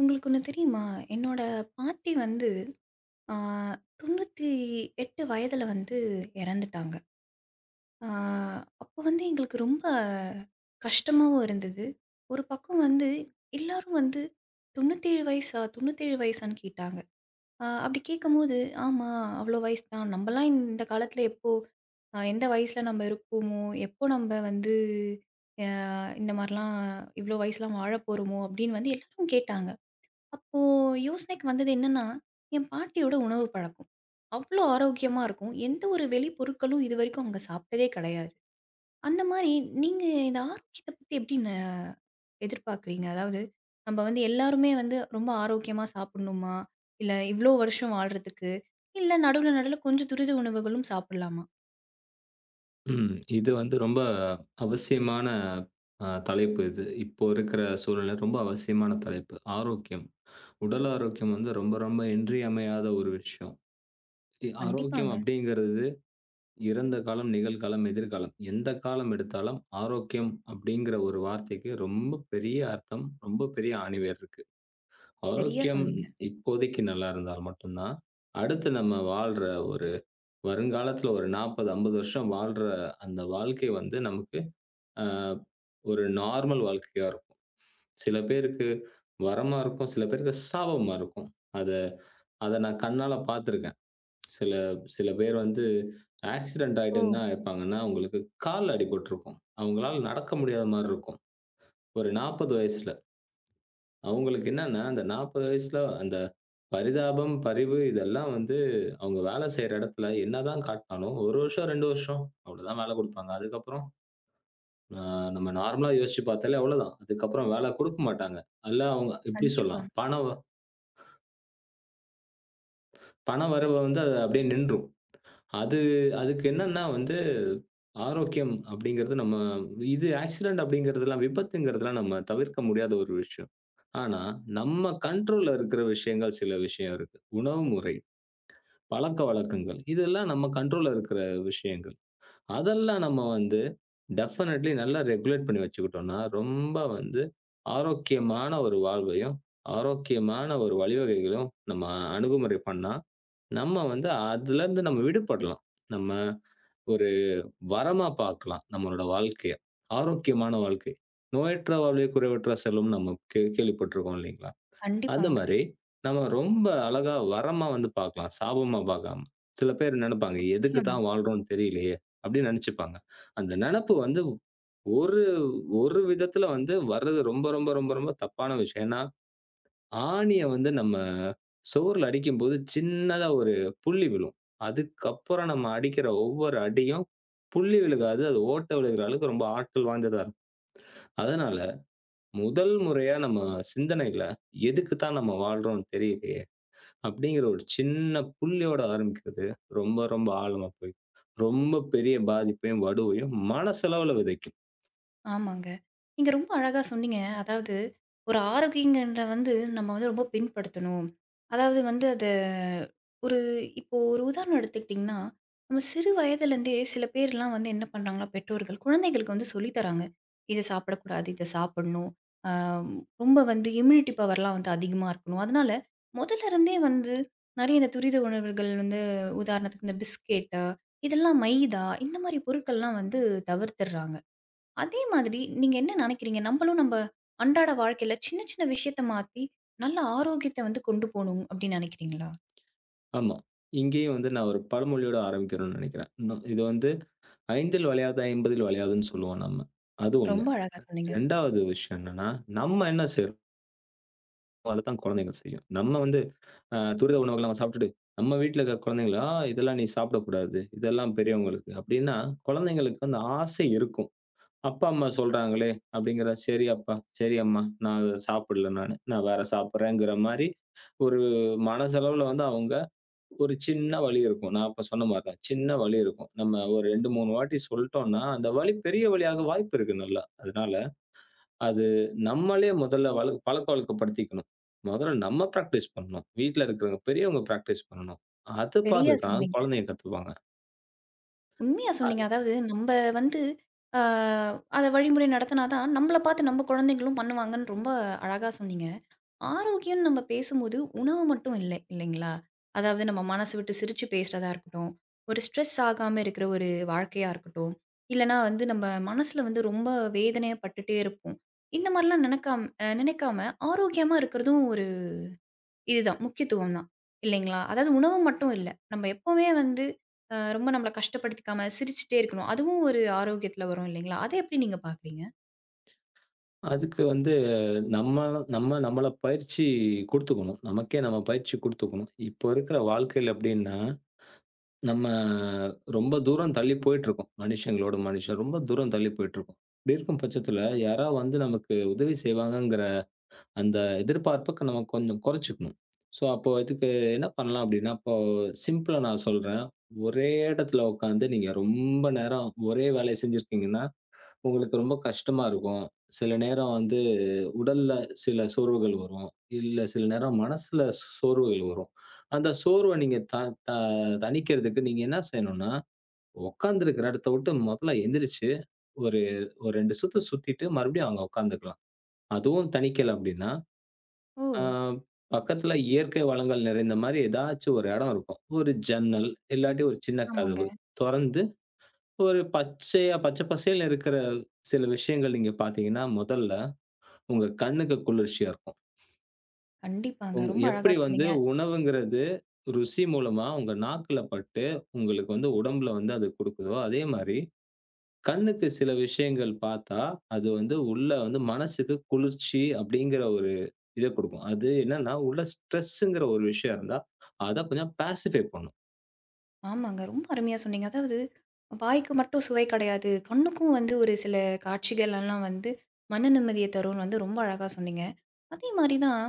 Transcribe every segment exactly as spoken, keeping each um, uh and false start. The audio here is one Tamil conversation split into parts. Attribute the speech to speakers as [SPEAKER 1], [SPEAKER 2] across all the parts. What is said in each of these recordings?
[SPEAKER 1] உங்களுக்கு ஒண்ணு தெரியுமா? என்னோட பாட்டி வந்து ஆ தொண்ணூற்றி எட்டு வயதுல வந்து இறந்துட்டாங்க. ஆ அப்போ வந்து எங்களுக்கு ரொம்ப கஷ்டமாவும் இருந்தது. ஒரு பக்கம் வந்து எல்லாரும் வந்து தொண்ணூற்றி ஏழு வயசா? தொண்ணூற்றி ஏழு வயசான்னு கேட்டாங்க. ஆ அப்படி கேட்கும்போது, ஆமா அவ்வளோ வயசு தான். நம்மலாம் இந்த காலத்துல எப்போ அ எந்த வயசுல நம்ம இருப்போமோ, எப்போ நம்ம வந்து அ இந்த மாரிலாம் இவ்வளோ வயசுலாம் வாழப்போறோமோ அப்படின்னு வந்து எல்லாரும் கேட்டாங்க. அப்போ யோசனைக்கு வந்தது என்னன்னா, என் பாட்டியோட உணவு பழக்கம். அவ்ளோ ஆரோக்கியமா இருக்கும். எந்த ஒரு வெளி பொருட்களும் இதுவரைக்கும் அவங்க சாப்பிட்டதே கிடையாது. அந்த மாரி நீங்க இந்த ஆரோக்கியத்த பத்தி எப்படி ந எதிர்பார்க்கிறீங்க? அதாவது நம்ம வந்து எல்லாருமே வந்து ரொம்ப ஆரோக்கியமா சாப்பிடணுமா? இல்ல இவ்ளோ வருஷம் வாழ்றதுக்கு, இல்ல நடுவுல நடுவுல கொஞ்சம் துரித உணவுகளும் சாப்பிடலாமா?
[SPEAKER 2] ம். இது வந்து ரொம்ப அவசியமான அ தலைப்பு இது. இப்போ இருக்கிற சூழ்நிலை ரொம்ப அவசியமான தலைப்பு. ஆரோக்கியம். உடல் ஆரோக்கியம் வந்து ரொம்ப ரொம்ப இன்றியமையாத ஒரு விஷயம். இ ஆரோக்கியம்
[SPEAKER 1] கண்டிப்பாங்க.
[SPEAKER 2] அப்படிங்கிறது இறந்த காலம், நிகழ்காலம், எதிர்காலம். எந்த காலம் எடுத்தாலும் ஆரோக்கியம் அப்படிங்கிற ஒரு வார்த்தைக்கு ரொம்ப பெரிய அர்த்தம், ரொம்ப பெரிய ஆணிவேர் இருக்கு.
[SPEAKER 1] சரியா
[SPEAKER 2] ஆரோக்கியம்
[SPEAKER 1] சொன்னீங்க.
[SPEAKER 2] இப்போதைக்கு நல்லா இருந்தால் மட்டும் தான், அடுத்து நம்ம வாழ்ற ஒரு வருங்காலத்துல ஒரு நாற்பது, ஐம்பது வருஷம் வாழ்ற அந்த வாழ்க்கை வந்து நமக்கு அ ஒரு நார்மல் வாழ்க்கையா இருக்கும். சில பேருக்கு வரமா இருக்கும். சில பேருக்கு சாபமா இருக்கும். அத அத நான் கண்ணால பார்த்துருக்கேன். சில சில பேர் வந்து ஆக்சிடென்ட் ஆயிட்டு என்ன
[SPEAKER 1] ஓ!
[SPEAKER 2] ஆயிருப்பாங்கன்னா, அவங்களுக்கு கால்ல அடிபட்டுருக்கும். அவங்களால நடக்க முடியாத மாரி இருக்கும். ஒரு நாற்பது வயசுல. அவங்களுக்கு என்னன்னா, அந்த நாற்பது வயசுல அந்த பரிதாபம், பரிவு இதெல்லாம் வந்து அவங்க வேலை செய்ற இடத்துல என்னதான் காட்டினாலும், ஒரு வருஷம், ரெண்டு வருஷம் அவ்வளோதான் வேலை குடுப்பாங்க. அதுக்கப்புறம் ஆ நம்ம நார்மலா யோசிச்சு பார்த்தாலே அவ்வளோதான். அதுக்கப்புறம் வேல குடுக்க மாட்டாங்க. அல்ல அவங்க எப்படி
[SPEAKER 1] கண்டிப்பா,
[SPEAKER 2] சொல்லலாம்? பண வ பண வரவு வந்து அது அப்படியே நின்றும். அது அதுக்கு என்னன்னா வந்து, ஆரோக்கியம் அப்படிங்கிறது நம்ம இது ஆக்சிடென்ட் அப்படிங்கிறதெல்லாம், விபத்துங்கிறதெல்லாம் நம்ம தவிர்க்க முடியாத ஒரு விஷயம். ஆனா, நம்ம கண்ட்ரோல்ல இருக்கிற விஷயங்கள் சில விஷயம் இருக்கு. உணவு முறை, பழக்கவழக்கங்கள் இதெல்லாம் நம்ம கண்ட்ரோல்ல இருக்கிற விஷயங்கள். அதெல்லாம் நம்ம வந்து டெஃபினெட்லி நல்லா ரெகுலேட் பண்ணி வச்சுக்கிட்டோம்னா, ரொம்ப வந்து ஆரோக்கியமான ஒரு வாழ்வையும், ஆரோக்கியமான ஒரு வழிவகைகளையும் நம்ம அணுகுமுறை பண்ணா, நம்ம வந்து அதுலருந்து நம்ம விடுபடலாம். நம்ம ஒரு வரமா பார்க்கலாம் நம்மளோட வாழ்க்கைய. ஆரோக்கியமான வாழ்க்கை. நோயற்ற வாழ்வே குறைவற்ற செல்வம்னு நம்ம கே கேள்விப்பட்டுருக்கோம் இல்லைங்களா? அந்த
[SPEAKER 1] கண்டிப்பாங்க.
[SPEAKER 2] மாரி, நம்ம ரொம்ப அழகா வரமா வந்து பார்க்கலாம். சாபமா பார்க்காம. சில பேர் நெனப்பாங்க, "எதுக்கு
[SPEAKER 1] நிச்சயமா.
[SPEAKER 2] தான் வாழ்றோம்னு தெரியலையே!" அப்படின்னு நெனச்சுப்பாங்க. அந்த நெனப்பு வந்து ஒரு ஒரு விதத்துல வந்து வர்றது ரொம்ப ரொம்ப ரொம்ப ரொம்ப தப்பான விஷயம். ஏன்னா, ஆணிய வந்து நம்ம சோறுல அடிக்கும்போது சின்னதா ஒரு புள்ளி விழும். அதுக்கப்புறம் நம்ம அடிக்கிற ஒவ்வொரு அடியும் புள்ளி விழுகாது. அது ஓட்ட விழுகிற அளவுக்கு ரொம்ப ஆற்றல் வாய்ந்ததா இருக்கும். அதனால முதல் முறையா நம்ம சிந்தனையில, "எதுக்கு தான் நம்ம வாழ்றோம்னு தெரியலையே!" அப்படிங்கிற ஒரு சின்ன புள்ளியோட ஆரம்பிக்கிறது, ரொம்ப ரொம்ப ஆழமா போய், ரொம்ப பெரிய பாதிப்பையும், வடுவையும் மனசளவுல விதைக்கும்.
[SPEAKER 1] ஆமாங்க. நீங்க ரொம்ப அழகா சொன்னீங்க. அதாவது ஒரு ஆரோக்கியங்கன்ற வந்து நம்ம வந்து ரொம்ப பின்படுத்தணும். அதாவது வந்து அத ஒரு இப்போ ஒரு உதாரணம் எடுத்துக்கிட்டிங்கன்னா, நம்ம சிறு வயதிலேருந்தே சில பேர்லாம் வந்து என்ன பண்றாங்கன்னா, பெற்றோர்கள் குழந்தைகளுக்கு வந்து சொல்லி தராங்க. இத சாப்பிடக்கூடாது, இத சாப்பிடணும். ஆ ரொம்ப வந்து இம்யூனிட்டி பவர்லாம் வந்து அதிகமா இருக்கணும். அதனால முதல்ல இருந்தே வந்து நெறைய இந்த துரித உணவுகள் வந்து உதாரணத்துக்கு இந்த பிஸ்கெட்டா, இதெல்லாம் மைதா இந்த மாரி பொருட்கள்லாம் வந்து தவிர்த்துடுறாங்க. அதே மாதிரி நீங்க என்ன நினைக்கிறீங்க? நம்பளும் நம்ப அன்றாட வாழ்க்கையில சின்ன சின்ன விஷயத்த மாத்தி, நல்ல ஆரோக்கியத்த வந்து கொண்டு போணும் அப்படின்னு நினைக்கிறீங்களா?
[SPEAKER 2] ஆமா. இங்கேயும் வந்து நான் ஒரு பழமொழியோட ஆரம்பிக்கணும்னு நெனைக்கிறேன். இன்னும் இது வந்து ஐந்தில் வளையாதது ஐம்பதில் வளையாதுன்னு சொல்லுவோம் நம்ம. அது ஒன்று.
[SPEAKER 1] ரொம்ப அழகா சொன்னீங்க.
[SPEAKER 2] இரண்டாவது விஷயம் என்னன்னா, நம்ம என்ன செய்றோமோ அதத்தான் குழந்தைங்க செய்யும். நம்ம வந்து அ துரித உணவுகள நம்ம சாப்பிட்டுட்டு, நம்ம வீட்ல இருக்க குழந்தைங்கள, "ஆ இதெல்லாம் நீ சாப்பிடக்கூடாது. இதெல்லாம் பெரியவங்களுக்கு." அப்படின்னா, குழந்தைங்களுக்கு அந்த ஆசை இருக்கும். அப்பா, அம்மா சொல்றாங்களே! அப்படிங்கிற, "சரி அப்பா, சரி அம்மா, நான் அத சாப்பிடல நானு. நான் வேற சாப்பிடுறேங்கிற" மாரி ஒரு மனசளவுல வந்து அவங்க ஒரு சின்ன வலி இருக்கும். நான் அப்ப சொன்ன மாரி தான். சின்ன வலி இருக்கும். நம்ம ஒரு ரெண்டு, மூணு வாட்டி சொல்ட்டோம்னா, அந்த வலி பெரிய வலியாக வாய்ப்பு இருக்கு நல்லா. அதனால அது நம்மளே முதல்ல வழ பழக்கவழக்கப்படுத்திக்கணும். முதல்ல நம்ம பிராக்டிஸ் பண்ணணும். வீட்ல இருக்கிறவங்க பெரியவங்க பிராக்டிஸ் பண்ணணும். அது பார்த்து
[SPEAKER 1] சரியா
[SPEAKER 2] தான்
[SPEAKER 1] சொன்னீங்க.
[SPEAKER 2] குழந்தைங்க கத்துப்பாங்க.
[SPEAKER 1] உண்மையா சொன்னீங்க. அதாவது நம்ப வந்து அ அத வழிமுறை நடத்தினா தான், நம்மள பார்த்து நம்ம குழந்தைங்களும் பண்ணுவாங்கன்னு ரொம்ப அழகா சொன்னீங்க. ஆரோக்கியம்னு நம்ம பேசும்போது உணவு மட்டும் இல்லை இல்லைங்களா? அதாவது நம்ம மனசு விட்டு சிரிச்சு பேசுறதா இருக்கட்டும், ஒரு ஸ்ட்ரெஸ் ஆகாம இருக்கிற ஒரு வாழ்க்கையா இருக்கட்டும், இல்லன்னா வந்து நம்ம மனசுல வந்து ரொம்ப வேதனைய பட்டுட்டே இருப்போம். இந்த மாரிலாம் நினைக்காம அ நினைக்காம ஆரோக்கியமா இருக்கிறதும் ஒரு இதுதான் முக்கியத்துவம் தான் இல்லைங்களா? அதாவது உணவு மட்டும் இல்ல. நம்ம எப்பவுமே வந்து அ ரொம்ப நம்மள கஷ்டப்படுத்திக்காம சிரிச்சுட்டே இருக்கணும். அதுவும் ஒரு ஆரோக்கியத்துல வரும் இல்லைங்களா? அத எப்படி நீங்க பார்க்குறீங்க?
[SPEAKER 2] அதுக்கு வந்து நம்ம நம்ம நம்மள பயிற்சி குடுத்துக்கணும். நமக்கே நம்ம பயிற்சி குடுத்துக்கணும். இப்போ இருக்கிற வாழ்க்கையில எப்படின்னா, நம்ம ரொம்ப தூரம் தள்ளி போயிட்டுருக்கோம். மனுஷங்களோட மனுஷன் ரொம்ப தூரம் தள்ளி போயிட்டுருக்கோம். இப்படி இருக்கும் பட்சத்தில, யாரா வந்து நமக்கு உதவி செய்வாங்கங்கிற அந்த எதிர்பார்ப்புக்கு நம்ம கொஞ்சம் குறைச்சுக்கணும். ஸோ, அப்போ இதுக்கு என்ன பண்ணலாம் அப்படின்னா, இப்போ சிம்பிளா நான் சொல்றேன். ஒரே இடத்துல உட்காந்து நீங்க ரொம்ப நேரம் ஒரே வேலைய செஞ்சிருக்கீங்கன்னா, உங்களுக்கு ரொம்ப கஷ்டமா இருக்கும். சில நேரம் வந்து உடல்ல சில சோர்வுகள் வரும். இல்ல சில நேரம் மனசுல சோர்வுகள் வரும். அந்த சோர்வ நீங்க த த தணிக்கிறதுக்கு நீங்க என்ன செய்யணும்னா, உட்கார்ந்திருக்கிற இடத்த விட்டு முதல்ல எந்திரிச்சு, ஒரு ஒரு ரெண்டு சுத்து சுத்திட்டு மறுபடியும் அங்க உட்காந்துக்கலாம். அதுவும் தணிக்கல அப்படின்னா,
[SPEAKER 1] ஓ!
[SPEAKER 2] ஆ பக்கத்துல இயற்கை வளங்கள் நிறைந்த மாரி ஏதாச்சும் ஒரு இடம் இருக்கும். ஒரு ஜன்னல், இல்லாட்டி ஒரு சின்ன
[SPEAKER 1] ஆமாங்க.
[SPEAKER 2] கதவு தொறந்து, ஒரு பச்சையா பச்சை பசேல்னு இருக்கிற சில விஷயங்கள் நீங்க பார்த்தீங்கன்னா, முதல்ல உங்க கண்ணுக்கு குளிர்ச்சியா இருக்கும்.
[SPEAKER 1] கண்டிப்பாங்க.
[SPEAKER 2] உங்
[SPEAKER 1] ரொம்ப
[SPEAKER 2] எப்படி
[SPEAKER 1] அழகா
[SPEAKER 2] வந்து
[SPEAKER 1] சொன்னீங்க.
[SPEAKER 2] உணவுங்கிறது ருசி மூலமா உங்க நாக்குல பட்டு, உங்களுக்கு வந்து உடம்புல வந்து அது குடுக்குதோ, அதே மாரி கண்ணுக்கு சில விஷயங்கள் பார்த்தா, அது வந்து உள்ள வந்து மனசுக்கு குளிர்ச்சி அப்படிங்கிற ஒரு இத குடுக்கும். அது என்னன்னா, உள்ள ஸ்ட்ரெஸ்ஸுங்கிற ஒரு விஷயம் இருந்தா, அத கொஞ்சம் பேசிஃபை பண்ணும்.
[SPEAKER 1] ஆமாங்க. ரொம்ப அருமையா சொன்னீங்க. அதாவது வாய்க்கு மட்டும் சுவை கிடையாது. கண்ணுக்கும் வந்து ஒரு சில காட்சிகள் எல்லாம் வந்து மன நிம்மதிய தரும்னு வந்து ரொம்ப அழகா சொன்னீங்க. அதே மாரி தான்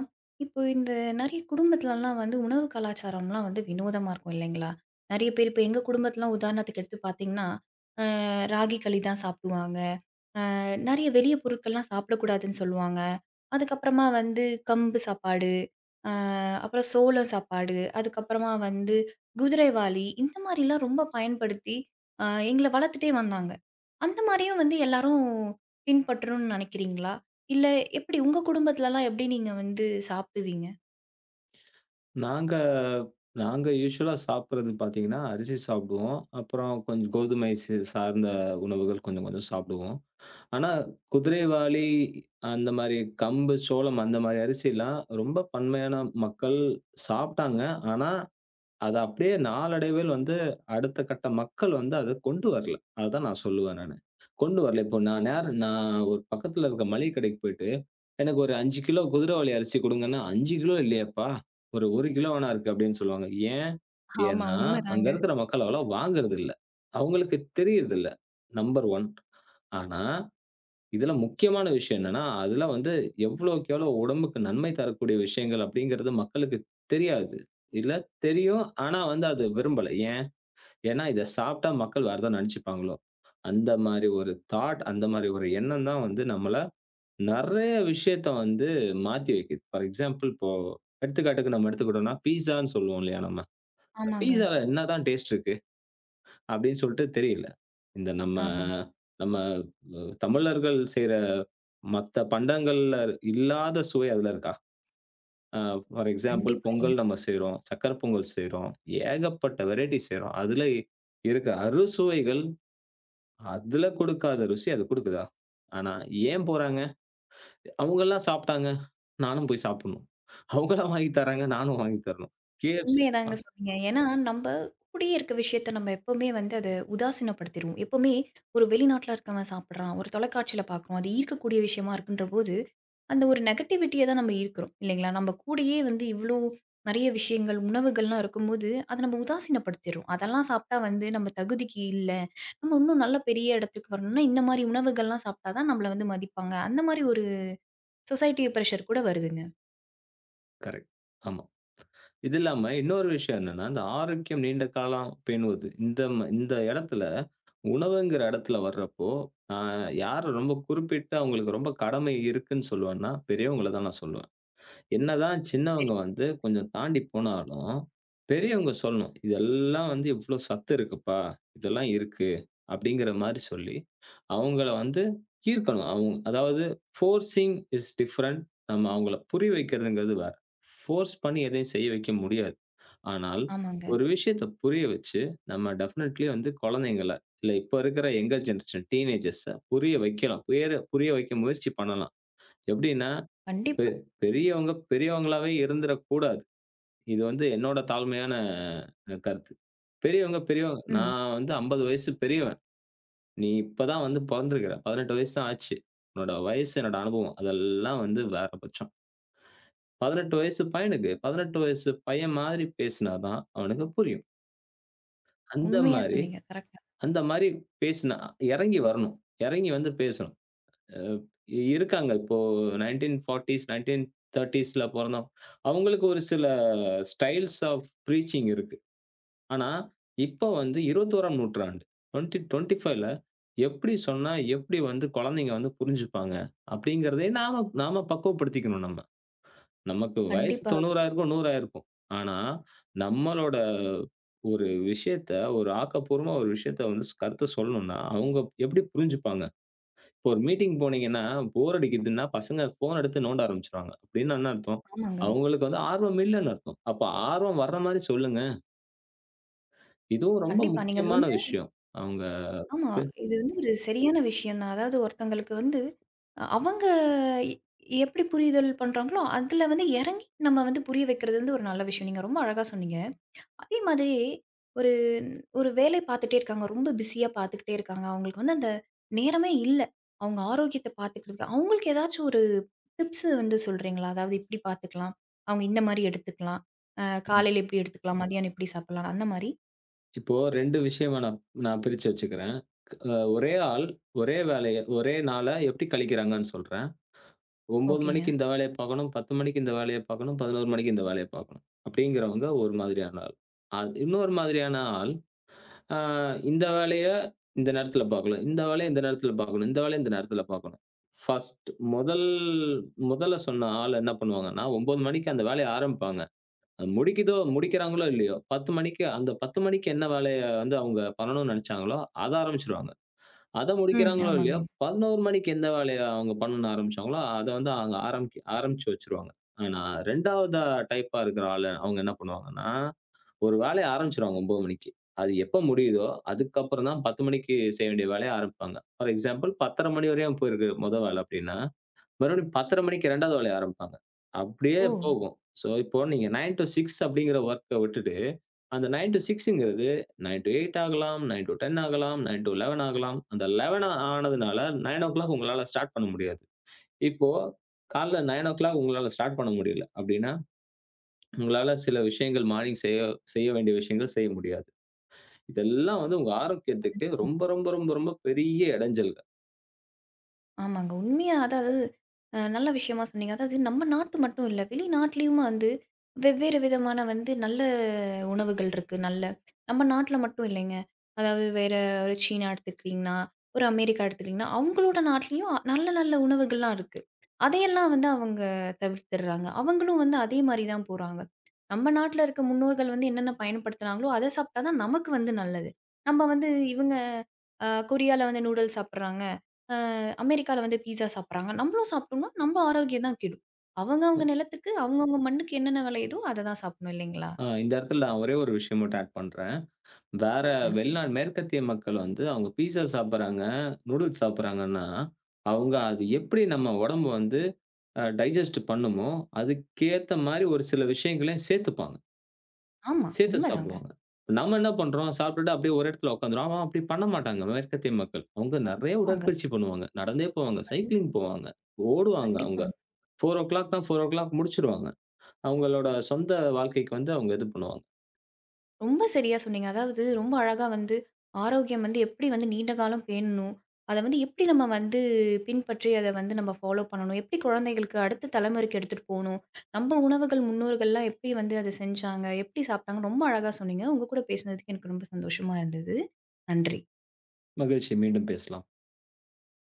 [SPEAKER 1] இப்போ இந்த நெறைய குடும்பத்துலலாம் வந்து உணவு கலாச்சாரம்லாம் வந்து வினோதமா இருக்கும் இல்லைங்களா? நெறைய பேர் இப்ப எங்க குடும்பத்துலாம் உதாரணத்துக்கு எடுத்து பார்த்தீங்கன்னா, அ ராகி களி தான் சாப்பிடுவாங்க. நெறைய வெளிய பொருட்கள்லாம் சாப்பிடக்கூடாதுன்னு சொல்லுவாங்க. அதுக்கப்புறமா வந்து கம்பு சாப்பாடு, அ அப்புறம் சோளம் சாப்பாடு, அதுக்கப்புறமா வந்து குதிரைவாலி இந்த மாரிலாம் ரொம்ப பயன்படுத்தி அ எங்கள வளர்த்துட்டே வந்தாங்க. அந்த மாரியும் வந்து எல்லாரும் பின்பற்றணும்னு நினைக்கிறீங்களா? இல்ல எப்படி உங்க குடும்பத்துலலாம் எப்படி நீங்க வந்து சாப்பிடுவீங்க?
[SPEAKER 2] நாங்க நாங்க யூசுவலா சாப்பிடுறது பார்த்தீங்கன்னா, அரிசி சாப்பிடுவோம். அப்புறம் கொஞ்சம் கோதுமை ச சார்ந்த உணவுகள் கொஞ்சம் கொஞ்சம் சாப்பிடுவோம். ஆனா, குதிரைவாலி அந்த மாரி கம்பு, சோளம் அந்த மாரி அரிசிலாம் ரொம்ப பன்மையான மக்கள் சாப்ட்டாங்க. ஆனா, அத அப்டியே நாளடைவில் வந்து அடுத்த கட்ட மக்கள் வந்து அத கொண்டு வரல. அதுதான் நான் சொல்லுவேன் நானு. கொண்டு வரல. இப்போ நான் நேர நான் ஒரு பக்கத்துல இருக்க மளிகை கடைக்கு போயிட்டு, எனக்கு ஒரு அஞ்சு கிலோ குதிரைவாலி அரிசி குடுங்கன்னா, அஞ்சு கிலோ இல்லையேப்பா! ஒரு 1 கிலோ வேணா இருக்கு அப்டின்னு சொல்லுவாங்க. ஏன்?
[SPEAKER 1] ஆமா
[SPEAKER 2] ஏன்னா, அங்க
[SPEAKER 1] உண்மதாங்க.
[SPEAKER 2] இருக்கிற மக்கள் அவ்வளவா வாங்குறதில்ல. அவங்களுக்கு தெரியறதில்ல. நம்பர் ஒன்று. ஆனா இதுல முக்கியமான விஷயம் என்னன்னா, அதுல வந்து எவ்வளோக்கு எவ்வளோ உடம்புக்கு நன்மை தரக்கூடிய விஷயங்கள் அப்படிங்கிறது மக்களுக்கு தெரியாது. இல்ல தெரியும். ஆனா வந்து அது விரும்பல. ஏன்? ஏன்னா இத சாப்பிட்டா மக்கள் வேற ஏதோ நெனச்சுப்பாங்களோ! அந்த மாரி ஒரு தாட், அந்த மாரி ஒரு எண்ணம் தான் வந்து நம்மள நெறைய விஷயத்த வந்து மாத்தி வைக்குது. ஃபார் எக்ஸாம்பிள் இப்போ எடுத்துக்காட்டுக்கு நம்ம எடுத்துக்கிட்டோம்னா, பீஸான்னு சொல்லுவோம் இல்லையா நம்ம?
[SPEAKER 1] ஆமாங்க,
[SPEAKER 2] பீஸால என்னதான் டேஸ்ட் இருக்கு? அப்படின்னு சொல்லிட்டு தெரியல. இந்த நம்ம
[SPEAKER 1] ஆமாங்க.
[SPEAKER 2] நம்ம அ தமிழர்கள் செய்ற மத்த பண்டங்கள்ல இல்லாத சுவை அதுல இருக்கா? அ ஃபார் எக்ஸாம்பிள்
[SPEAKER 1] கண்டிப்பா இல்ல.
[SPEAKER 2] பொங்கல் நம்ம செய்றோம். சர்க்கரை பொங்கல் செய்றோம். ஏகப்பட்ட வெரைட்டி செய்றோம். அதுல இருக்க அறுசுவைகள் அதுல கொடுக்காத ருசி அது கொடுக்குதா? ஆனா ஏன் போறாங்க? அவங்கலாம் சாப்பிட்டாங்க. நானும் போய் சாப்பிடணும். அவங்கலாம் வாங்கி தர்றாங்க. நானும் வாங்கி தரணும். K F C. ஆ
[SPEAKER 1] உண்மையதாங்க சொன்னீங்க. ஏன்னா, நம்ப கூடயே இருக்க விஷயத்த நம்ம எப்பவுமே வந்து அத உதாசீனப்படுத்திருவோம். எப்பவுமே ஒரு வெளிநாட்ல இருக்கவன் சாப்பிடுறான், ஒரு தொலைக்காட்சியில பார்க்குறோம். அது ஈர்க்கக்கூடிய விஷயமா இருக்குன்ற போது, அந்த ஒரு நெகட்டிவிட்டிய தான் நம்ம ஈர்க்கிறோம் இல்லைங்களா? நம்ம கூடயே வந்து இவ்ளோ நெறைய விஷயங்கள், உணவுகள்லாம் இருக்கும்போது, அத நம்ம உதாசீனப்படுத்திர்றோம். அதெல்லாம் சாப்பிட்டா வந்து நம்ம தகுதிக்கு இல்ல. நம்ம இன்னும் நல்ல பெரிய இடத்துக்கு வரணும்னா, இந்த மாரி உணவுகள்லாம் சாப்பிட்டா தான் நம்மள வந்து மதிப்பாங்க. அந்த மாரி ஒரு சொசைட்டி பிரஷர் கூட வருதுங்க.
[SPEAKER 2] கரெக்ட். ஆமா. இது இல்லாம இன்னொரு விஷயம் என்னன்னா, இந்த ஆரோக்கியம் நீண்ட காலம் பேணுவது. இந்த ம இந்த இடத்துல உணவுங்கிற இடத்துல வர்றப்போ, அ யார ரொம்ப குறிப்பிட்டு அவங்களுக்கு ரொம்ப கடமை இருக்குன்னு சொல்லுவேன்னா, பெரியவங்கள தான் நான் சொல்லுவேன். என்னதான்
[SPEAKER 1] சரி.
[SPEAKER 2] சின்னவங்க வந்து கொஞ்சம் தாண்டி போனாலும், பெரியவங்க சொல்லணும். இதெல்லாம் வந்து இவ்ளோ சத்து இருக்குப்பா, இதெல்லாம் இருக்கு. அப்படிங்கிற மாரி சொல்லி, அவங்கள வந்து ஈர்க்கணும். அவங்க அதாவது ஃபோர்சிங் இஸ் டிஃபரண்ட். நம்ம அவங்கள புரிய வைக்கிறதுங்கிறது வேற. ஃபோர்ஸ் பண்ணி எதையும் செய்ய வைக்க முடியாது. ஆனால்,
[SPEAKER 1] ஆமாங்க.
[SPEAKER 2] ஒரு விஷயத்த புரிய வச்சு, நம்ம டெஃபினெட்லி வந்து குழந்தைங்கள, இல்ல இப்ப இருக்கிற யங்கர் ஜெனரேஷன் டீனேஜர்ஸ புரிய வைக்கலாம். புயர புரிய வைக்க முயற்சி பண்ணலாம். எப்படின்னா, பெ
[SPEAKER 1] கண்டிப்பா.
[SPEAKER 2] பெரியவங்க பெரியவங்களாவே இருந்துறக்கூடாது. இது வந்து என்னோட தாழ்மையான அ கருத்து. பெரியவங்க பெரியவங்க
[SPEAKER 1] ம்.
[SPEAKER 2] நான் வந்து ஐம்பது வயசு பெரியவன். நீ இப்ப தான் வந்து பொறந்திருக்கிற. பதினெட்டு வயசு தான் ஆச்சு. உன்னோட வயசு என்னோட அனுபவம். அதெல்லாம் வந்து வேற பட்சம். பதினெட்டு வயசு பையனுக்கு, பதினெட்டு வயசு பையன் மாதிரி பேசினா தான் அவனுக்கு புரியும். அந்த
[SPEAKER 1] உண்மையா
[SPEAKER 2] மாரி
[SPEAKER 1] சொன்னீங்க. கரெக்ட்.
[SPEAKER 2] அந்த மாரி பேசினா இறங்கி வரணும். இறங்கி வந்து பேசணும். அ இருக்காங்க. இப்போ நைன்டீன் ஃபோர்ட்டீஸ், நைன்டீன் தர்ட்டீஸ்ல பொறந்தவங்க. அவங்களுக்கு ஒரு சில ஸ்டைல்ஸ் ஆஃப் ப்ரீச்சிங் இருக்கு. ஆனா, இப்போ வந்து இருபத்தி ஒன்றாம் நூற்றாண்டு இரண்டாயிரத்தி இருபத்தி ஐந்தில் எப்படி சொன்னா, எப்படி வந்து குழந்தைங்க வந்து புரிஞ்சுப்பாங்க? அப்படிங்கிறதையும் நாம நாம பக்குவப்படுத்திக்கணும் நம்ம. நமக்கு வயசு
[SPEAKER 1] கண்டிப்பாங்க.
[SPEAKER 2] தொண்ணூறு ஆயிருக்கும், நூறு ஆயிருக்கும். ஆனா, நம்மளோட ஒரு விஷயத்த, ஒரு ஆக்கப்பூர்வமா ஒரு விஷயத்த வந்து ஸ் கருத்து சொல்லணும்னா, அவங்க எப்படி புரிஞ்சுப்பாங்க? இப்போ ஒரு மீட்டிங் போனீங்கன்னா, போர் அடிக்குதுன்னா, பசங்க ஃபோன் எடுத்து நோண்ட ஆரம்பிச்சுருவாங்க. அப்படின்னா என்ன அர்த்தம்?
[SPEAKER 1] ஆமாங்க.
[SPEAKER 2] அவங்களுக்கு வந்து ஆர்வம் இல்லன்னு அர்த்தம். அப்ப ஆர்வம் வர்ற மாரி சொல்லுங்க. இதுவும் ரொம்ப
[SPEAKER 1] கண்டிப்பா. நீங்க அது
[SPEAKER 2] முக்கியமான
[SPEAKER 1] வந்து
[SPEAKER 2] விஷயம். அவங்க
[SPEAKER 1] ஆமா.
[SPEAKER 2] பே
[SPEAKER 1] இது வந்து ஒரு சரியான விஷயம் தான். அதாவது ஒருத்தங்களுக்கு வந்து அ அவங்க எ எப்படி புரிதல் பண்றாங்களோ, அதுல வந்து இறங்கி நம்ம வந்து புரிய வைக்கிறது வந்து ஒரு நல்ல விஷயம். நீங்க ரொம்ப அழகா சொன்னீங்க. அதே மாதிரி ஒரு ஒரு வேலை பார்த்துட்டே இருக்காங்க. ரொம்ப பிஸியா பார்த்துக்கிட்டே இருக்காங்க. அவங்களுக்கு வந்து அந்த நேரமே இல்ல. அவங்க ஆரோக்கியத்த பார்த்துக்கிறதுக்கு. அவங்களுக்கு ஏதாச்சும் ஒரு டிப்ஸ் வந்து சொல்றீங்களா? அதாவது இப்படி பார்த்துக்கலாம். அவங்க இந்த மாரி எடுத்துக்கலாம். அ காலையில இப்படி எடுத்துக்கலாம். மதியானம் இப்படி சாப்பிடலாம். அந்த மாரி?
[SPEAKER 2] இப்போ ரெண்டு விஷயமா நான் நான் பிரிச்சு வச்சுக்கிறேன். க அ ஒரே ஆள், ஒரே வேலைய, ஒரே நாள எப்படி கழிக்கிறாங்கன்னு சொல்றேன். ஒன்பது
[SPEAKER 1] ஓகேங்க.
[SPEAKER 2] மணிக்கு இந்த வேலைய பார்க்கணும். பத்து மணிக்கு இந்த வேலைய பார்க்கணும். பதினொன்று மணிக்கு இந்த வேலைய பார்க்கணும். அப்படிங்கிறவங்க ஒரு மாதிரியான ஆள். அ இன்னொரு மாதிரியான ஆள், அ இந்த வேலைய இந்த நேரத்தில பார்க்கணும். இந்த வேலைய இந்த நேரத்தில பார்க்கணும். இந்த வேலைய இந்த நேரத்தில பார்க்கணும். ஃபர்ஸ்ட் முதல் முதல்ல சொன்ன ஆள் என்ன பண்ணுவாங்கன்னா, ஒன்பது மணிக்கு அந்த வேலைய ஆரம்பிப்பாங்க. அது முடிக்குதோ முடிக்கிறாங்களோ இல்லையோ, பத்து மணிக்கு அந்த பத்து மணிக்கு என்ன வேலைய வந்து அவங்க பண்ணணும்னு நினைச்சாங்களோ, அத ஆரம்பிச்சுருவாங்க. அத
[SPEAKER 1] ம்.
[SPEAKER 2] முடிக்கிறாங்களோ இல்லையோ,
[SPEAKER 1] ஆமாங்க.
[SPEAKER 2] பதினொன்று மணிக்கு எந்த வேலைய அவங்க பண்ண ஆரம்பிச்சாங்களோ, அத வந்து அவங்க ஆரம்பிக்க ஆரம்பிச்சு வச்சுருவாங்க. ஆனா இரண்டாவது டைப்பா இருக்கிற ஆளு அவங்க என்ன பண்ணுவாங்கன்னா, ஒரு வேலைய ஆரம்பிச்சுருவாங்க ஒன்பது மணிக்கு. அது எப்ப முடியுதோ, அதுக்கப்புறம் தான் பத்து மணிக்கு செய்ய வேண்டிய வேலைய ஆரம்பிப்பாங்க. ஃபார் எக்ஸாம்பிள் பத்து முப்பது மணி வரையும் போயிருக்கு மொத வேல அப்படின்னா, மறுபடியும் பத்தரை மணிக்கு இரண்டாவது வேலைய ஆரம்பிப்பாங்க. அப்படியே
[SPEAKER 1] ஓ!
[SPEAKER 2] போகும். ஸோ, இப்போ நீங்க ஒன்பது டூ ஆறு அப்படிங்கிற வொர்க்க விட்டுட்டு, அந்த ஒன்பது டூ 6ங்கிறது ஒன்பது டூ எட்டு ஆகலாம், ஒன்பது டூ பத்து ஆகலாம், ஒன்பது டூ பதினொன்று ஆகலாம். அந்த பதினொன்று ஆனதுனால ஒன்பது மணி உங்களால ஸ்டார்ட் பண்ண முடியாது. இப்போ காலைல ஒன்பது மணி உங்களால ஸ்டார்ட் பண்ண முடியல அப்படின்னா, உங்களால சில விஷயங்கள் மார்னிங் செய்ய செய்ய வேண்டிய விஷயங்கள் செய்ய முடியாது. இதெல்லாம் வந்து உங்க ஆரோக்கியத்துக்கு
[SPEAKER 1] கண்டிப்பா.
[SPEAKER 2] ரொம்ப, ரொம்ப, ரொம்ப, ரொம்ப பெரிய இடைஞ்சல்கள்.
[SPEAKER 1] ஆமாங்க. உண்மையா அதாவது அ நல்ல விஷயமா சொன்னீங்க. அதாவது நம்ம நாட்டு மட்டும் இல்ல. வெளிநாட்டிலயும் வந்து வெவ்வேறு விதமான வந்து நல்ல உணவுகள் இருக்கு. நல்ல நம்ம நாட்ல மட்டும் இல்லைங்க. அதாவது வேற ஒரு சீனா எடுத்துக்கிட்டீங்கன்னா, ஒரு அமெரிக்கா எடுத்துக்கிட்டீங்கன்னா, அவங்களோட நாட்டிலயும் நல்ல நல்ல உணவுகள்லாம் இருக்கு. அதையெல்லாம் வந்து அவங்க தவிர்த்துடுறாங்க. அவங்களும் வந்து அதே மாரி தான் போறாங்க. நம்ம நாட்ல இருக்க முன்னோர்கள் வந்து என்னென்ன பயன்படுத்துனாங்களோ, அத சாப்பிட்டா தான் நமக்கு வந்து நல்லது. நம்ம வந்து இவங்க அ கொரியால வந்து நூடுல்ஸ் சாப்பிடுறாங்க. அ அமெரிக்கால வந்து பீட்ஸா சாப்பிடுறாங்க. நம்மளும் சாப்பிட்டோம்னா, நம்ம ஆரோக்கியம் தான் கெடும். அவங்க அவங்க நிலத்துக்கு, அவங்க அவங்க மண்ணுக்கு என்னென்ன விளையுதோ அத தான் சாப்பிடணும் இல்லைங்களா?
[SPEAKER 2] அ இந்த இடத்துல நான் ஒரே ஒரு விஷயம் மட்டும் ஆட் பண்றேன். வேற
[SPEAKER 1] சொல்லுங்க.
[SPEAKER 2] வெளிநாடு மேற்கத்திய மக்கள் வந்து அவங்க பீஸா சாப்பிடுறாங்க, நூடுல்ஸ் சாப்பிடுறாங்கன்னா, அவங்க அது எப்படி நம்ம உடம்பு வந்து அ டைஜஸ்ட் பண்ணுமோ, அதுக்கேத்த மாரி ஒரு சில விஷயங்களையும் சேர்த்துப்பாங்க.
[SPEAKER 1] ஆமா,
[SPEAKER 2] சேர்த்து
[SPEAKER 1] உண்மைதாங்க.
[SPEAKER 2] சாப்பிடுவாங்க. இப்ப நம்ம என்ன பண்றோம்? சாப்பிட்டுட்டு அப்படியே ஒரு இடத்துல உட்காந்துறோம். ஆனா அப்படி பண்ண மாட்டாங்க மேற்கத்திய மக்கள். அவங்க நெறைய
[SPEAKER 1] கண்டிப்பாங்க.
[SPEAKER 2] உடற்பயிற்சி பண்ணுவாங்க. நடந்தே போவாங்க,
[SPEAKER 1] கண்டிப்
[SPEAKER 2] சைக்கிளிங் போவாங்க, ஓடுவாங்க அவங்க.
[SPEAKER 1] கண்டிப்பாங்க.
[SPEAKER 2] 4:00னா நான்கு மணி முடிச்சுருவாங்க. அவங்களோட சொந்த வாழ்க்கைக்கு வந்து அவங்க இது பண்ணுவாங்க.
[SPEAKER 1] ரொம்ப சரியா சொன்னீங்க. அதாவது ரொம்ப அழகா வந்து ஆரோக்கியம் வந்து எப்படி வந்து நீண்ட காலம் பேணணும். அத வந்து எப்படி நம்ம வந்து பின்பற்றி அத வந்து நம்ம ஃபாலோ பண்ணணும். எப்படி குழந்தைகளுக்கு அடுத்த தலைமுறைக்கு எடுத்துட்டு போணும். நம்ம உணவுகள் முன்னோர்கள்லாம் எப்படி வந்து அத செஞ்சாங்க, எப்படி சாப்பிட்டாங்க ரொம்ப அழகா சொன்னீங்க. உங்க கூட பேசினதுக்கு எனக்கு ரொம்ப சந்தோஷமா இருந்தது. நன்றி.
[SPEAKER 2] மகிழ்ச்சி. மீண்டும் பேசலாம்.